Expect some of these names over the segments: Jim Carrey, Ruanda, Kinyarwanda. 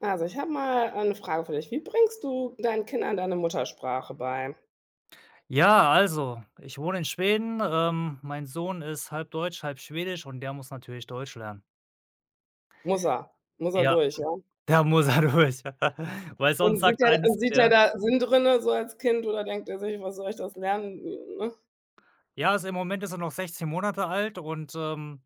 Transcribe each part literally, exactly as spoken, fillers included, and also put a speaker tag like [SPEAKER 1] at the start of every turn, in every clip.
[SPEAKER 1] Also, ich habe mal eine Frage für dich. Wie bringst du deinen Kindern deine Muttersprache bei?
[SPEAKER 2] Ja, also, ich wohne in Schweden. Ähm, mein Sohn ist halb deutsch, halb schwedisch und der muss natürlich Deutsch lernen.
[SPEAKER 1] Muss er muss er
[SPEAKER 2] Ja,
[SPEAKER 1] durch, ja?
[SPEAKER 2] der muss da durch, weil sonst
[SPEAKER 1] Und sieht
[SPEAKER 2] sagt
[SPEAKER 1] er
[SPEAKER 2] eines
[SPEAKER 1] und sieht er
[SPEAKER 2] ja.
[SPEAKER 1] da Sinn drinne so als Kind oder denkt er sich: „Was soll ich das lernen?“ Ne?
[SPEAKER 2] Ja, also, im Moment ist er noch sechzehn Monate alt und, ähm,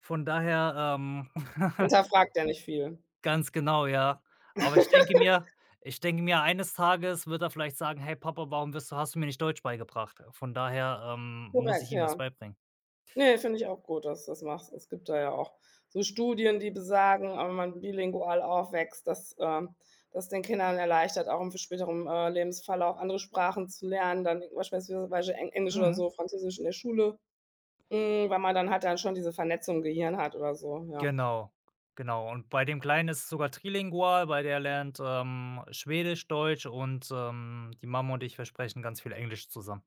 [SPEAKER 2] von daher, ähm
[SPEAKER 1] Hinterfragt er nicht viel.
[SPEAKER 2] ganz genau, ja. Aber ich denke mir Ich denke mir, eines Tages wird er vielleicht sagen: „Hey Papa, warum bist du hast du mir nicht Deutsch beigebracht?" Von daher, ähm, muss ich
[SPEAKER 1] Korrekt,
[SPEAKER 2] ihm das
[SPEAKER 1] ja.
[SPEAKER 2] beibringen.
[SPEAKER 1] Ne, finde ich auch gut, dass du das machst. Es gibt da ja auch so Studien, die besagen, wenn man bilingual aufwächst, dass ähm das den Kindern erleichtert, auch im späteren, äh, Lebensfall auch andere Sprachen zu lernen, dann beispielsweise Eng Englisch oder
[SPEAKER 2] Mhm.
[SPEAKER 1] so, Französisch in der Schule. Hm, weil man dann halt dann schon diese Vernetzung im Gehirn hat oder so, ja.
[SPEAKER 2] Genau, genau. Und bei dem Kleinen ist es sogar trilingual. Bei der lernt, ähm, Schwedisch, Deutsch und, ähm, die Mama und ich, wir sprechen ganz viel Englisch zusammen.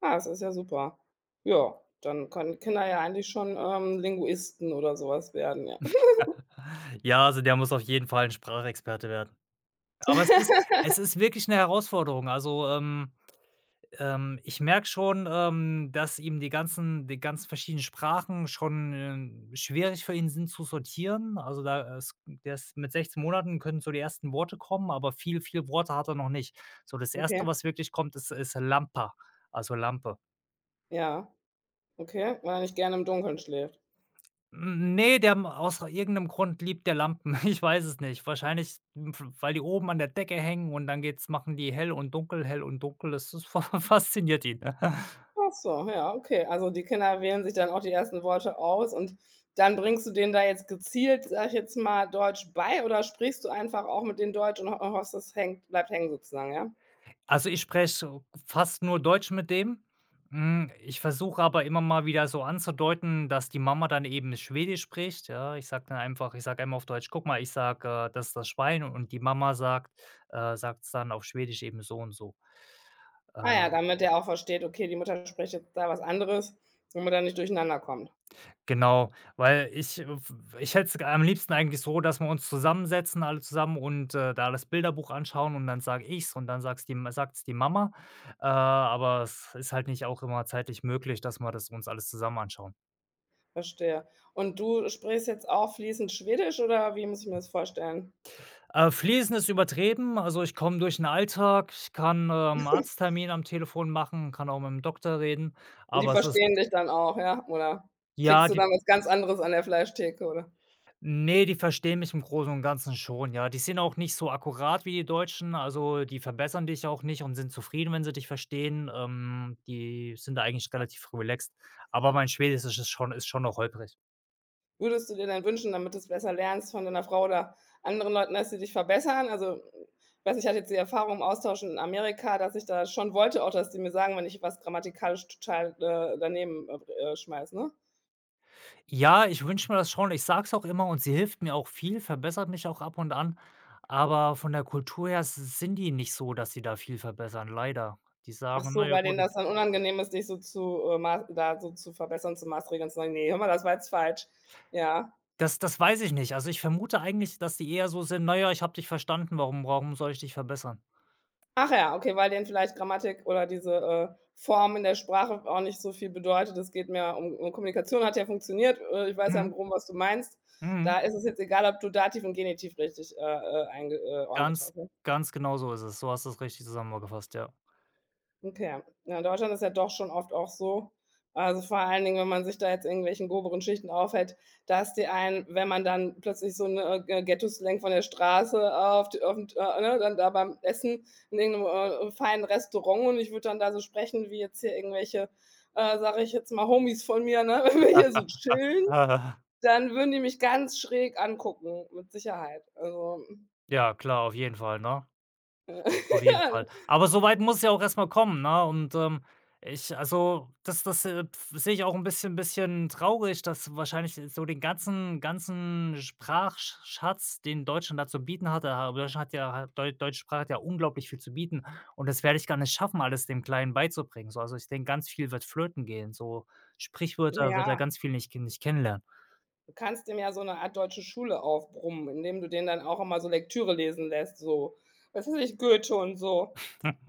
[SPEAKER 1] Ah, das ist ja super. Ja, dann können Kinder ja eigentlich schon, ähm, Linguisten oder sowas werden, ja.
[SPEAKER 2] Ja, also der muss auf jeden Fall ein Sprachexperte werden. Aber es ist Es ist wirklich eine Herausforderung. Also, ähm Ähm, ich merke schon, ähm, dass ihm die ganzen die ganzen verschiedenen Sprachen schon, ähm, schwierig für ihn sind zu sortieren. Also, da ist der ist mit sechzehn Monaten können so die ersten Worte kommen, aber viel viel Worte hat er noch nicht. So das
[SPEAKER 1] Okay,
[SPEAKER 2] erste, was wirklich kommt, ist ist Lampa, also Lampe.
[SPEAKER 1] ja, okay, weil er nicht gerne im Dunkeln schläft.
[SPEAKER 2] Hm, ne, der m aus irgendeinem Grund liebt der Lampen. Ich weiß es nicht. Wahrscheinlich, hm, weil die oben an der Decke hängen und dann geht's machen die hell und dunkel, hell und dunkel. Das das fasziniert ihn.
[SPEAKER 1] Ach so, ja, okay. Also, die Kinder wählen sich dann auch die ersten Worte aus und dann bringst du denen da jetzt gezielt, sag ich jetzt mal, Deutsch bei oder sprichst du einfach auch mit denen Deutsch und ho hoffst, das hängt bleibt hängen sozusagen, ja?
[SPEAKER 2] Also, ich spreche fast nur Deutsch mit dem. Hm, ich versuche aber immer mal wieder so anzudeuten, dass die Mama dann eben Schwedisch spricht, ja. Ich sage dann einfach ich sage einmal auf Deutsch: „Guck mal, ich sage, äh, das ist das Schwein" und die Mama sagt äh, sagt es dann auf Schwedisch eben so und so. Äh
[SPEAKER 1] Ah ja, damit der auch versteht: „Okay, die Mutter spricht jetzt da was anderes“, damit er nicht durcheinander kommt.
[SPEAKER 2] Genau, weil ich äh, w ich hätte es am liebsten eigentlich so, dass wir uns zusammensetzen, alle zusammen und, äh, da das Bilderbuch anschauen und dann sage ich's und dann sagt's die Ma- sagt's die Mama. Äh, aber es ist halt nicht auch immer zeitlich möglich, dass wir das uns alles zusammen anschauen.
[SPEAKER 1] Verstehe. Und du sprichst jetzt auch fließend Schwedisch oder wie muss ich mir das vorstellen?
[SPEAKER 2] Äh, Fließen ist übertrieben, also ich komme durch den Alltag, ich kann, ähm, Arzttermin am Telefon machen, kann auch mit dem Doktor reden,
[SPEAKER 1] Die
[SPEAKER 2] aber es ist
[SPEAKER 1] verstehen dich dann auch, ja? Oder
[SPEAKER 2] ja,
[SPEAKER 1] kriegst du
[SPEAKER 2] die
[SPEAKER 1] dann was ganz anderes an der Fleischtheke, oder?
[SPEAKER 2] Nee, die verstehen mich im Großen und Ganzen schon, ja. Die sind auch nicht so akkurat wie die Deutschen, also, die verbessern dich auch nicht und sind zufrieden, wenn sie dich verstehen. Ähm, die sind da eigentlich relativ relaxed, aber mein Schwedisch ist schon ist schon noch holprig.
[SPEAKER 1] Würdest du dir denn wünschen, damit du es besser lernst von deiner Frau oder anderen Leuten, dass sie dich verbessern? Also, ich weiß nicht, ich hatte jetzt die Erfahrung im Austausch in Amerika, dass ich da schon wollte auch, dass die mir sagen, wenn ich was grammatikalisch total, äh, daneben, äh, äh, schmeiße, ne?
[SPEAKER 2] Ja, ich wünsche mir das schon. Ich sage es auch immer und sie hilft mir auch viel, verbessert mich auch ab und an, aber von der Kultur her s sind die nicht so, dass sie da viel verbessern, leider. Die
[SPEAKER 1] Ach
[SPEAKER 2] sagen: „Na
[SPEAKER 1] so,
[SPEAKER 2] ja,
[SPEAKER 1] weil denen
[SPEAKER 2] gut“
[SPEAKER 1] das dann unangenehm ist, dich so zu, äh, ma da so zu verbessern, zu maßregeln, zu sagen: nee hör mal, das war jetzt falsch.“ Ja.
[SPEAKER 2] das das weiß ich nicht. Also, ich vermute eigentlich, dass die eher so sind: „Na ja, ich habe dich verstanden, warum warum soll ich dich verbessern?"
[SPEAKER 1] Ach ja, okay, weil denen vielleicht Grammatik oder diese, äh, Form in der Sprache auch nicht so viel bedeutet. Es geht mehr um um Kommunikation hat ja funktioniert. Äh, ich weiß ja im
[SPEAKER 2] Mhm.
[SPEAKER 1] Groben, was du meinst.
[SPEAKER 2] Mhm.
[SPEAKER 1] Da ist es jetzt egal, ob du Dativ und Genitiv richtig, äh, äh, eingeordnet
[SPEAKER 2] Ganz
[SPEAKER 1] hast, ne?
[SPEAKER 2] ganz genau so ist es. So hast du's richtig zusammengefasst, ja.
[SPEAKER 1] Okay. Ja, in Deutschland ist ja doch schon oft auch so, also, vor allen Dingen, wenn man sich da jetzt in irgendwelchen groberen Schichten aufhält, dass die einen, wenn man dann plötzlich so 'ne, äh, Ghettoslang von der Straße auf die auf 'n, äh, ne, dann da beim Essen in irgend 'nem, äh, feinen Restaurant und ich würde dann da so sprechen wie jetzt hier irgendwelche, äh, sage ich jetzt mal, Homies von mir, ne? Wenn wir hier so chillen,
[SPEAKER 2] Äh,
[SPEAKER 1] dann würden die mich ganz schräg angucken, mit Sicherheit. Also,
[SPEAKER 2] ja, klar, auf jeden Fall, ne? Auf jeden
[SPEAKER 1] ja.
[SPEAKER 2] Fall. Aber so weit muss es ja auch erst mal kommen, ne? Und, ähm, ich also, das das, äh, f sehe ich auch ein bisschen bisschen traurig, dass wahrscheinlich äh, so den ganzen ganzen Sprachschatz den Deutschland da zu bieten hatte, aber Deutschland hat ja hat- Deu deutsche Sprache hat ja unglaublich viel zu bieten und das werde ich gar nicht schaffen, alles dem Kleinen beizubringen, so. Also, ich denke, ganz viel wird flöten gehen, so
[SPEAKER 1] Na
[SPEAKER 2] Sprichwörter
[SPEAKER 1] ja.
[SPEAKER 2] wird er ganz viel nicht nicht kennenlernen.
[SPEAKER 1] Du kannst dem ja so eine Art deutsche Schule aufbrummen, indem du den dann auch immer so Lektüre lesen lässt, so. Was weiß ich, Goethe und so.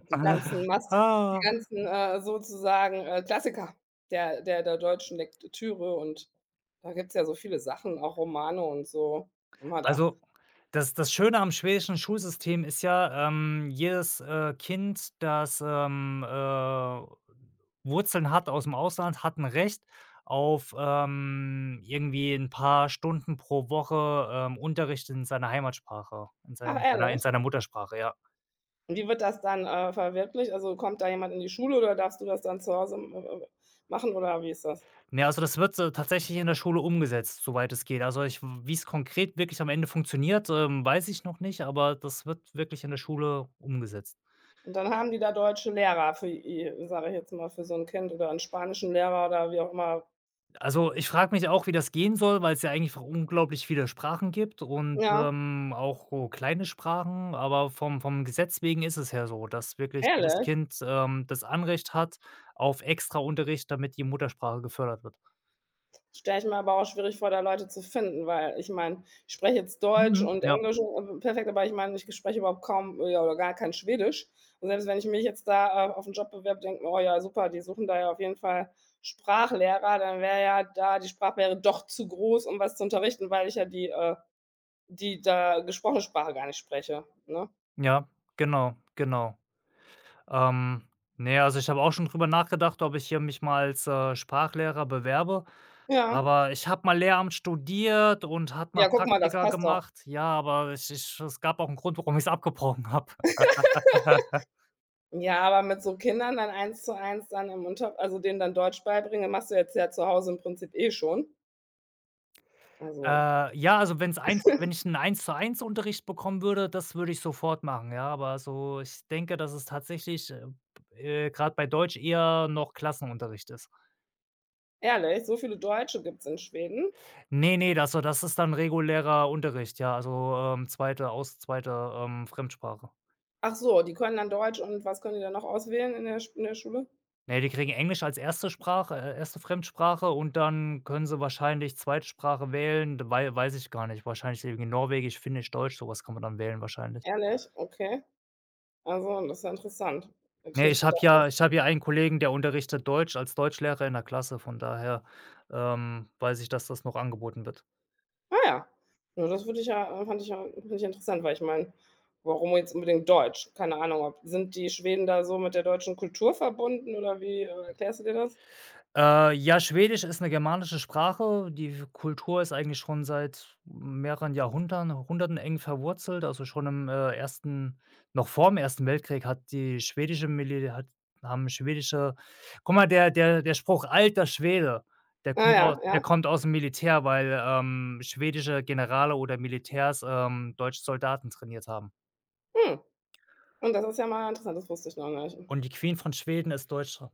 [SPEAKER 1] Die
[SPEAKER 2] Ah,
[SPEAKER 1] ganzen Mast die
[SPEAKER 2] ah.
[SPEAKER 1] ganzen, äh, sozusagen, äh, Klassiker der der der deutschen Lektüre und da gibt's ja so viele Sachen, auch Romane und so. Immer da.
[SPEAKER 2] Also, das das Schöne am schwedischen Schulsystem ist ja, ähm, jedes, äh, Kind, das, ähm, äh, Wurzeln hat aus dem Ausland, hat ein Recht auf, ähm, irgendwie ein paar Stunden pro Woche, ähm, Unterricht in seiner Heimatsprache, in sei
[SPEAKER 1] Ach,
[SPEAKER 2] in seiner in
[SPEAKER 1] ehrlich?
[SPEAKER 2] seiner Muttersprache, ja.
[SPEAKER 1] Und wie wird das dann, äh, verwirklicht? Also, kommt da jemand in die Schule oder darfst du das dann zu Hause m m machen oder wie ist das?
[SPEAKER 2] Ja, also, das wird, äh, tatsächlich in der Schule umgesetzt, soweit es geht. Also, ich w wie's konkret wirklich am Ende funktioniert, ähm, weiß ich noch nicht, aber das wird wirklich in der Schule umgesetzt.
[SPEAKER 1] Und dann haben die da deutsche Lehrer für i sage ich jetzt mal, für so 'n Kind oder 'n spanischen Lehrer oder wie auch immer.
[SPEAKER 2] Also, ich frage mich auch, wie das gehen soll, weil es ja eigentlich einfach unglaublich viele Sprachen gibt und,
[SPEAKER 1] Ja,
[SPEAKER 2] ähm, auch so kleine Sprachen, aber vom vom Gesetz wegen ist es ja so, dass wirklich jedes
[SPEAKER 1] ehrlich?
[SPEAKER 2] Kind, ähm, das Anrecht hat auf Extraunterricht, damit die Muttersprache gefördert wird.
[SPEAKER 1] Stelle ich mir aber auch schwierig vor, da Leute zu finden, weil ich meine, ich spreche jetzt Deutsch
[SPEAKER 2] Mhm,
[SPEAKER 1] und
[SPEAKER 2] ja,
[SPEAKER 1] Englisch, äh, perfekt, aber ich meine, ich spreche überhaupt kaum äh, ja, oder gar kein Schwedisch. Und selbst wenn ich mich jetzt da, äh, auf 'n Job bewerbe, denke mir: „Oh ja, super, die suchen da ja auf jeden Fall Sprachlehrer“, dann wäre ja da die Sprachbarriere doch zu groß, um was zu unterrichten, weil ich ja die, äh die da gesprochene Sprache gar nicht spreche, ne?
[SPEAKER 2] ja, genau, genau. Ähm, ne, also, ich habe auch schon drüber nachgedacht, ob ich hier mich mal als, äh, Sprachlehrer bewerbe.
[SPEAKER 1] Ja.
[SPEAKER 2] Aber ich habe mal Lehramt studiert und habe mal
[SPEAKER 1] Ja, guck mal, das
[SPEAKER 2] Praktika
[SPEAKER 1] passt doch.
[SPEAKER 2] gemacht. Ja, aber ich ich es gab auch 'n Grund, warum ich's abgebrochen habe.
[SPEAKER 1] Ja, aber mit so Kindern dann eins zu eins dann im Unterricht, also denen dann Deutsch beibringen, machst du jetzt ja zu Hause im Prinzip eh schon. Also,
[SPEAKER 2] Äh, ja, also, wenn's eins wenn ich 'n Eins-zu-eins-Unterricht bekommen würde, das würde ich sofort machen, ja, aber so ich denke, dass es tatsächlich, äh, äh, grad bei Deutsch eher noch Klassenunterricht ist.
[SPEAKER 1] ehrlich, so viele Deutsche gibt's in Schweden?
[SPEAKER 2] Ne, ne, das so das ist dann regulärer Unterricht, ja, also, ähm, zweite aus zweite, ähm, Fremdsprache.
[SPEAKER 1] Ach so, die können dann Deutsch und was können die dann noch auswählen in der Sch in der Schule?
[SPEAKER 2] Ne, die kriegen Englisch als erste Sprache äh, erste. Fremdsprache und dann können sie wahrscheinlich Zweitsprache wählen, d wei weiß ich gar nicht. Wahrscheinlich irgendwie Norwegisch, Finnisch, Deutsch, so was kann man dann wählen wahrscheinlich.
[SPEAKER 1] Ehrlich? Okay. Also, das ist ja interessant. Hätte ich
[SPEAKER 2] Ne,
[SPEAKER 1] nicht
[SPEAKER 2] ich habe
[SPEAKER 1] gedacht,
[SPEAKER 2] ja
[SPEAKER 1] dass
[SPEAKER 2] ich habe ja einen Kollegen, der unterrichtet Deutsch als Deutschlehrer in der Klasse, von daher, ähm, weiß ich, dass das noch angeboten wird.
[SPEAKER 1] ah ja. Ja, das würde ich ja äh, fand ich ja finde ich interessant, weil ich meine, warum jetzt unbedingt Deutsch? Keine Ahnung, ob sind die Schweden da so mit der deutschen Kultur verbunden oder wie, äh, erklärst du dir das?
[SPEAKER 2] Äh, ja, Schwedisch ist eine germanische Sprache. Die Kultur ist eigentlich schon seit mehreren Jahrhunderten, Hunderten eng verwurzelt. Also, schon im, äh, 1. noch vor dem ersten Weltkrieg hat die schwedische Militär, hat haben schwedische guck mal, der der der Spruch „Alter Schwede", der
[SPEAKER 1] Ah
[SPEAKER 2] kommt aus
[SPEAKER 1] ja,
[SPEAKER 2] der
[SPEAKER 1] ja.
[SPEAKER 2] kommt aus'm Militär, weil, ähm, schwedische Generale oder Militärs, ähm, deutsche Soldaten trainiert haben.
[SPEAKER 1] Hm. Und das ist ja mal interessant, das wusste ich noch nicht.
[SPEAKER 2] Und die Queen von Schweden ist Deutsche,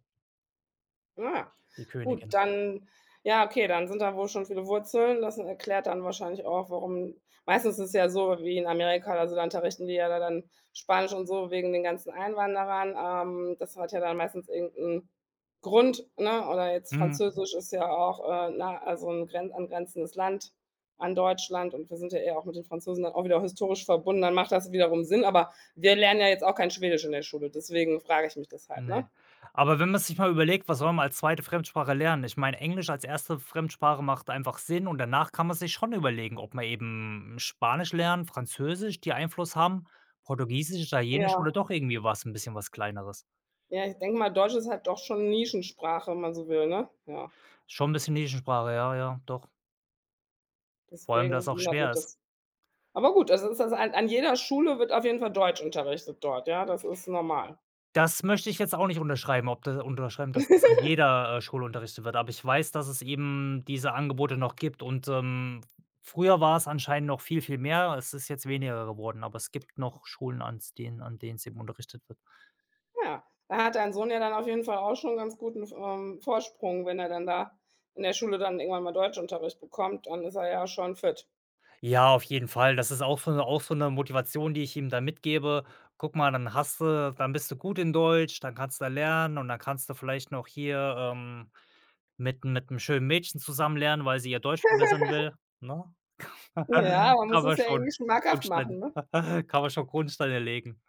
[SPEAKER 1] Ah,
[SPEAKER 2] die
[SPEAKER 1] gut,
[SPEAKER 2] Königin.
[SPEAKER 1] dann ja, okay, dann sind da wohl schon viele Wurzeln. Das erklärt dann wahrscheinlich auch, warum meistens ist es ja so wie in Amerika oder so, da unterrichten die ja da dann Spanisch und so wegen den ganzen Einwanderern. Ähm, das hat ja dann meistens irgendeinen Grund, ne? Oder jetzt
[SPEAKER 2] Mhm.
[SPEAKER 1] Französisch ist ja auch, äh, na also ein gren angrenzendes Land an Deutschland und wir sind ja eher auch mit den Franzosen dann auch wieder historisch verbunden, dann macht das wiederum Sinn, aber wir lernen ja jetzt auch kein Schwedisch in der Schule, deswegen frage ich mich das halt, ne?
[SPEAKER 2] Ne. Aber wenn man sich mal überlegt, was soll man als zweite Fremdsprache lernen? Ich meine, Englisch als erste Fremdsprache macht einfach Sinn und danach kann man sich schon überlegen, ob man eben Spanisch lernen, Französisch, die Einfluss haben, Portugiesisch, Italienisch oder
[SPEAKER 1] Ja.
[SPEAKER 2] doch irgendwie was ein bisschen was Kleineres.
[SPEAKER 1] Ja, ich denke mal, Deutsch ist halt doch schon Nischensprache, wenn man so will, ne? Ja,
[SPEAKER 2] Schon ein bisschen Nischensprache, ja, ja, doch. Vor allem,
[SPEAKER 1] deswegen,
[SPEAKER 2] dass es
[SPEAKER 1] das
[SPEAKER 2] auch
[SPEAKER 1] wundert
[SPEAKER 2] schwer
[SPEAKER 1] mich
[SPEAKER 2] ist.
[SPEAKER 1] das. Aber gut, also ist das an an jeder Schule wird auf jeden Fall Deutsch unterrichtet dort, ja, das ist normal.
[SPEAKER 2] Das möchte ich jetzt auch nicht unterschreiben, ob das unterschreiben, dass das in jeder, äh, Schule unterrichtet wird, aber ich weiß, dass es eben diese Angebote noch gibt und, ähm, früher war es anscheinend noch viel, viel mehr. Es ist jetzt weniger geworden, aber es gibt noch Schulen, an denen an denen es eben unterrichtet wird.
[SPEAKER 1] Ja, da hat dein Sohn ja dann auf jeden Fall auch schon einen ganz guten, ähm, Vorsprung, wenn er dann da in der Schule dann irgendwann mal Deutschunterricht bekommt, dann ist er ja schon fit.
[SPEAKER 2] Ja, auf jeden Fall. Das ist auch so 'ne auch so eine Motivation, die ich ihm da mitgebe. Guck mal, dann hast du dann bist du gut in Deutsch, dann kannst du da lernen und dann kannst du vielleicht noch hier, ähm, mit mit einem schönen Mädchen zusammen lernen, weil sie ihr Deutsch verbessern will, ne?
[SPEAKER 1] Ja, man muss
[SPEAKER 2] Kann
[SPEAKER 1] es
[SPEAKER 2] man
[SPEAKER 1] ja
[SPEAKER 2] schon
[SPEAKER 1] irgendwie schmackhaft
[SPEAKER 2] Grundsteine
[SPEAKER 1] machen, ne?
[SPEAKER 2] Kann man schon Grundsteine legen.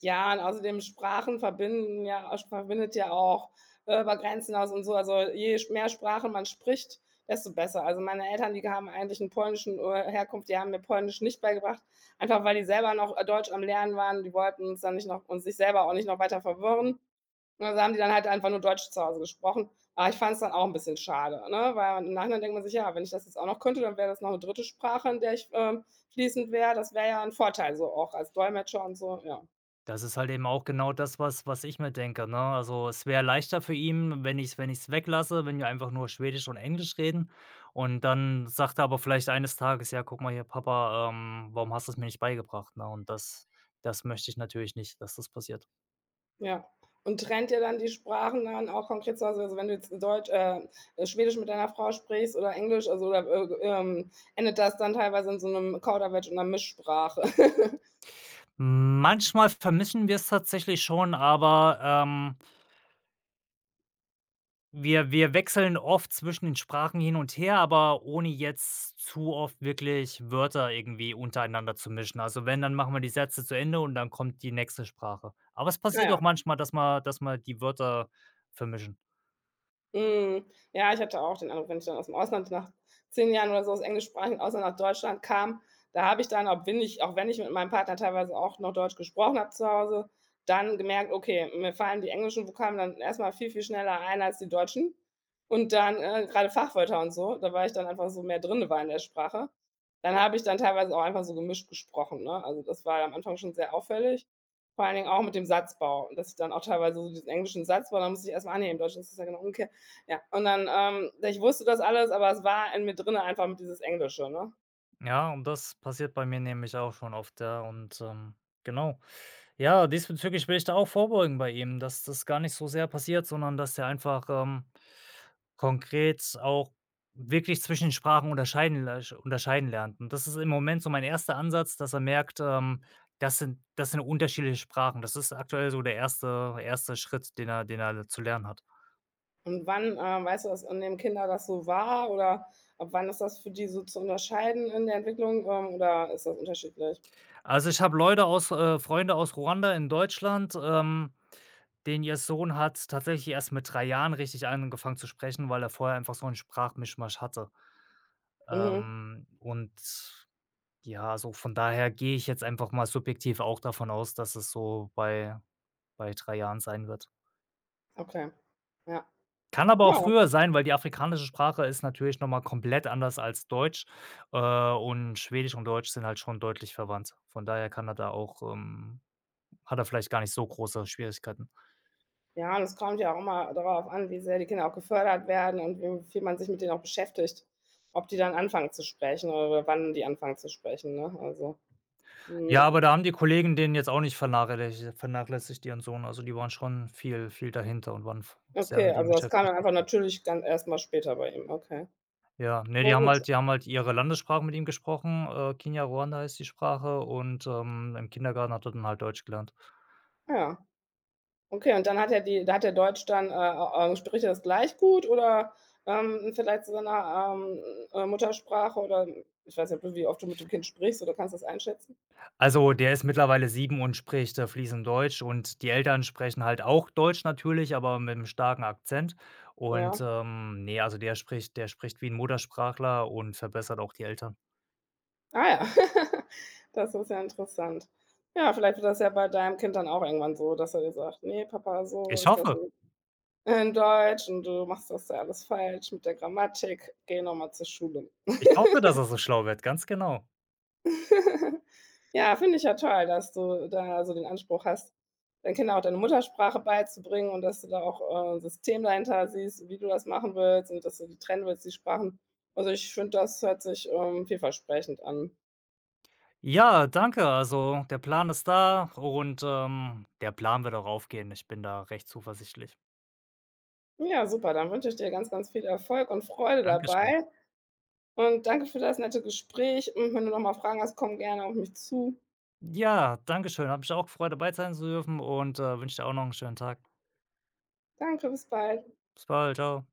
[SPEAKER 1] Ja, und außerdem Sprachen verbinden ja äh, verbindet ja auch, äh, über Grenzen hinaus und so. Also, je sch mehr Sprachen man spricht, desto besser. Also, meine Eltern, die haben eigentlich einen polnischen, äh, Herkunft, die haben mir Polnisch nicht beigebracht, einfach weil die selber noch, äh, Deutsch am Lernen waren. Die wollten uns dann nicht noch und sich selber auch nicht noch weiter verwirren. Und also haben die dann halt einfach nur Deutsch zu Hause gesprochen. Aber ich fand es dann auch ein bisschen schade, ne? Weil im Nachhinein denkt man sich: „Ja, wenn ich das jetzt auch noch könnte, dann wäre das noch eine dritte Sprache, in der ich, ähm, fließend wäre.“ Das wäre ja ein Vorteil so auch als Dolmetscher und so, ja.
[SPEAKER 2] Das ist halt eben auch genau das, was was ich mir denke, ne? Also, es wäre leichter für ihn, wenn ich's wenn ich's weglasse, wenn wir einfach nur Schwedisch und Englisch reden. Und dann sagt er aber vielleicht eines Tages: „Ja, guck mal hier, Papa, ähm, warum hast du es mir nicht beigebracht", ne? Und das das möchte ich natürlich nicht, dass das passiert.
[SPEAKER 1] Ja. Und trennt ihr dann die Sprachen dann auch konkret zu Hause? Also, wenn du jetzt Deutsch äh, Schwedisch mit deiner Frau sprichst oder Englisch, also oder, äh, ähm, endet das dann teilweise in so einem Kauderwelsch und einer Mischsprache?
[SPEAKER 2] Manchmal vermischen es tatsächlich schon, aber, ähm Wir wir wechseln oft zwischen den Sprachen hin und her, aber ohne jetzt zu oft wirklich Wörter irgendwie untereinander zu mischen. Also, wenn, dann machen wir die Sätze zu Ende und dann kommt die nächste Sprache. Aber es passiert auch
[SPEAKER 1] Naja.
[SPEAKER 2] manchmal, dass man, dass man die Wörter vermischen.
[SPEAKER 1] Mhm. Ja, ich hatte auch den Eindruck, wenn ich dann aus dem Ausland nach zehn Jahren oder so aus englischsprachigen Ausland nach Deutschland kam, da habe ich dann, auch wenn ich auch wenn ich mit meinem Partner teilweise auch noch Deutsch gesprochen habe zu Hause, dann gemerkt: Okay, mir fallen die englischen Vokabeln dann erstmal viel, viel schneller ein als die deutschen. Und dann, äh, grade Fachwörter und so, da war ich dann einfach so mehr drin war in der Sprache. Dann habe ich dann teilweise auch einfach so gemischt gesprochen, ne? Also, das war am Anfang schon sehr auffällig, vor allen Dingen auch mit dem Satzbau, dass ich dann auch teilweise so diesen englischen Satzbau, da muss ich erstmal annehmen, „Ah ne, im Deutschen ist das ja genau umgekehrt.“ Ja, und dann, ähm, ich wusste das alles, aber es war in mir drin einfach mit dieses Englische, ne?
[SPEAKER 2] Ja, und das passiert bei mir nämlich auch schon oft, ja, und, ähm, genau. Ja, diesbezüglich will ich da auch vorbeugen bei ihm, dass das gar nicht so sehr passiert, sondern dass er einfach, ähm konkret auch wirklich zwischen den Sprachen unterscheiden lesch unterscheiden lernt. Und das ist im Moment so mein erster Ansatz, dass er merkt, ähm, das sind das sind unterschiedliche Sprachen. Das ist aktuell so der erste erste Schritt, den er den er zu lernen hat.
[SPEAKER 1] Und wann, äh, weißt du, was in dem Kinder das so war oder ab wann ist das für die so zu unterscheiden in der Entwicklung, ähm, oder ist das unterschiedlich?
[SPEAKER 2] Also, ich habe Leute aus äh, Freunde aus Ruanda in Deutschland, ähm, denen ihr Sohn hat tatsächlich erst mit drei Jahren richtig angefangen zu sprechen, weil er vorher einfach so 'n Sprachmischmasch hatte.
[SPEAKER 1] Mhm,
[SPEAKER 2] Ähm, und Ja, also von daher gehe ich jetzt einfach mal subjektiv auch davon aus, dass es so bei bei drei Jahren sein wird.
[SPEAKER 1] okay. Ja.
[SPEAKER 2] Kann aber auch
[SPEAKER 1] Ja.
[SPEAKER 2] früher sein, weil die afrikanische Sprache ist natürlich noch mal komplett anders als Deutsch, äh, und Schwedisch und Deutsch sind halt schon deutlich verwandt. Von daher kann er da auch, ähm hat er vielleicht gar nicht so große Schwierigkeiten.
[SPEAKER 1] Ja, und es kommt ja auch immer darauf an, wie sehr die Kinder auch gefördert werden und wie viel man sich mit denen auch beschäftigt, ob die dann anfangen zu sprechen oder wann die anfangen zu sprechen, ne? Also, mhm.
[SPEAKER 2] Ja, aber da haben die Kollegen den jetzt auch nicht vernachlässigt vernachlässigt, ihren Sohn. Also, die waren schon viel viel dahinter und waren v sehr
[SPEAKER 1] Okay,
[SPEAKER 2] mit ihm
[SPEAKER 1] also das kam
[SPEAKER 2] beschäftigt.
[SPEAKER 1] dann einfach natürlich ganz erst mal später bei ihm, okay.
[SPEAKER 2] Ja, ne,
[SPEAKER 1] Ja
[SPEAKER 2] die haben
[SPEAKER 1] gut,
[SPEAKER 2] halt die haben halt ihre Landessprache mit ihm gesprochen, äh, Kinyarwanda ist die Sprache und, ähm, im Kindergarten hat er dann halt Deutsch gelernt.
[SPEAKER 1] ja. Okay, und dann hat er die da hat der Deutsch dann, äh, äh, spricht er das gleich gut oder, ähm, vielleicht zu seiner, ähm, äh, Muttersprache oder ich weiß nicht, ob du wie oft du mit dem Kind sprichst oder kannst du das einschätzen?
[SPEAKER 2] Also, der ist mittlerweile sieben und spricht, äh, fließend Deutsch und die Eltern sprechen halt auch Deutsch natürlich, aber mit 'nem starken Akzent und,
[SPEAKER 1] Ja.
[SPEAKER 2] ähm, ne, also der spricht der spricht wie 'n Muttersprachler und verbessert auch die Eltern.
[SPEAKER 1] Ah ja, das ist ja interessant. Ja, vielleicht wird das ja bei deinem Kind dann auch irgendwann so, dass er dir sagt: „Ne, Papa, so
[SPEAKER 2] Ich
[SPEAKER 1] ist das
[SPEAKER 2] hoffe
[SPEAKER 1] in in Deutsch und du machst das ja alles falsch mit der Grammatik. Geh noch mal zur Schule.“
[SPEAKER 2] Ich hoffe, dass er so schlau wird, ganz genau.
[SPEAKER 1] Ja, finde ich ja toll, dass du da so den Anspruch hast, deinen Kindern auch deine Muttersprache beizubringen und dass du da auch, äh, 'n System dahinter siehst, wie du das machen willst und dass du die trennen willst, die Sprachen. Also, ich finde, das hört sich, ähm, vielversprechend an.
[SPEAKER 2] Ja, danke, also der Plan ist da und, ähm, der Plan wird auch aufgehen. Ich bin da recht zuversichtlich.
[SPEAKER 1] Ja, super, dann wünsche ich dir ganz, ganz viel Erfolg und Freude
[SPEAKER 2] Dankeschön.
[SPEAKER 1] dabei und danke für das nette Gespräch und wenn du noch mal Fragen hast, komm gerne auf mich zu.
[SPEAKER 2] Ja, danke schön. Hat mich auch gefreut, dabei sein zu dürfen und, äh, wünsche dir auch noch einen schönen Tag.
[SPEAKER 1] Danke, bis bald.
[SPEAKER 2] Bis bald, Ciao.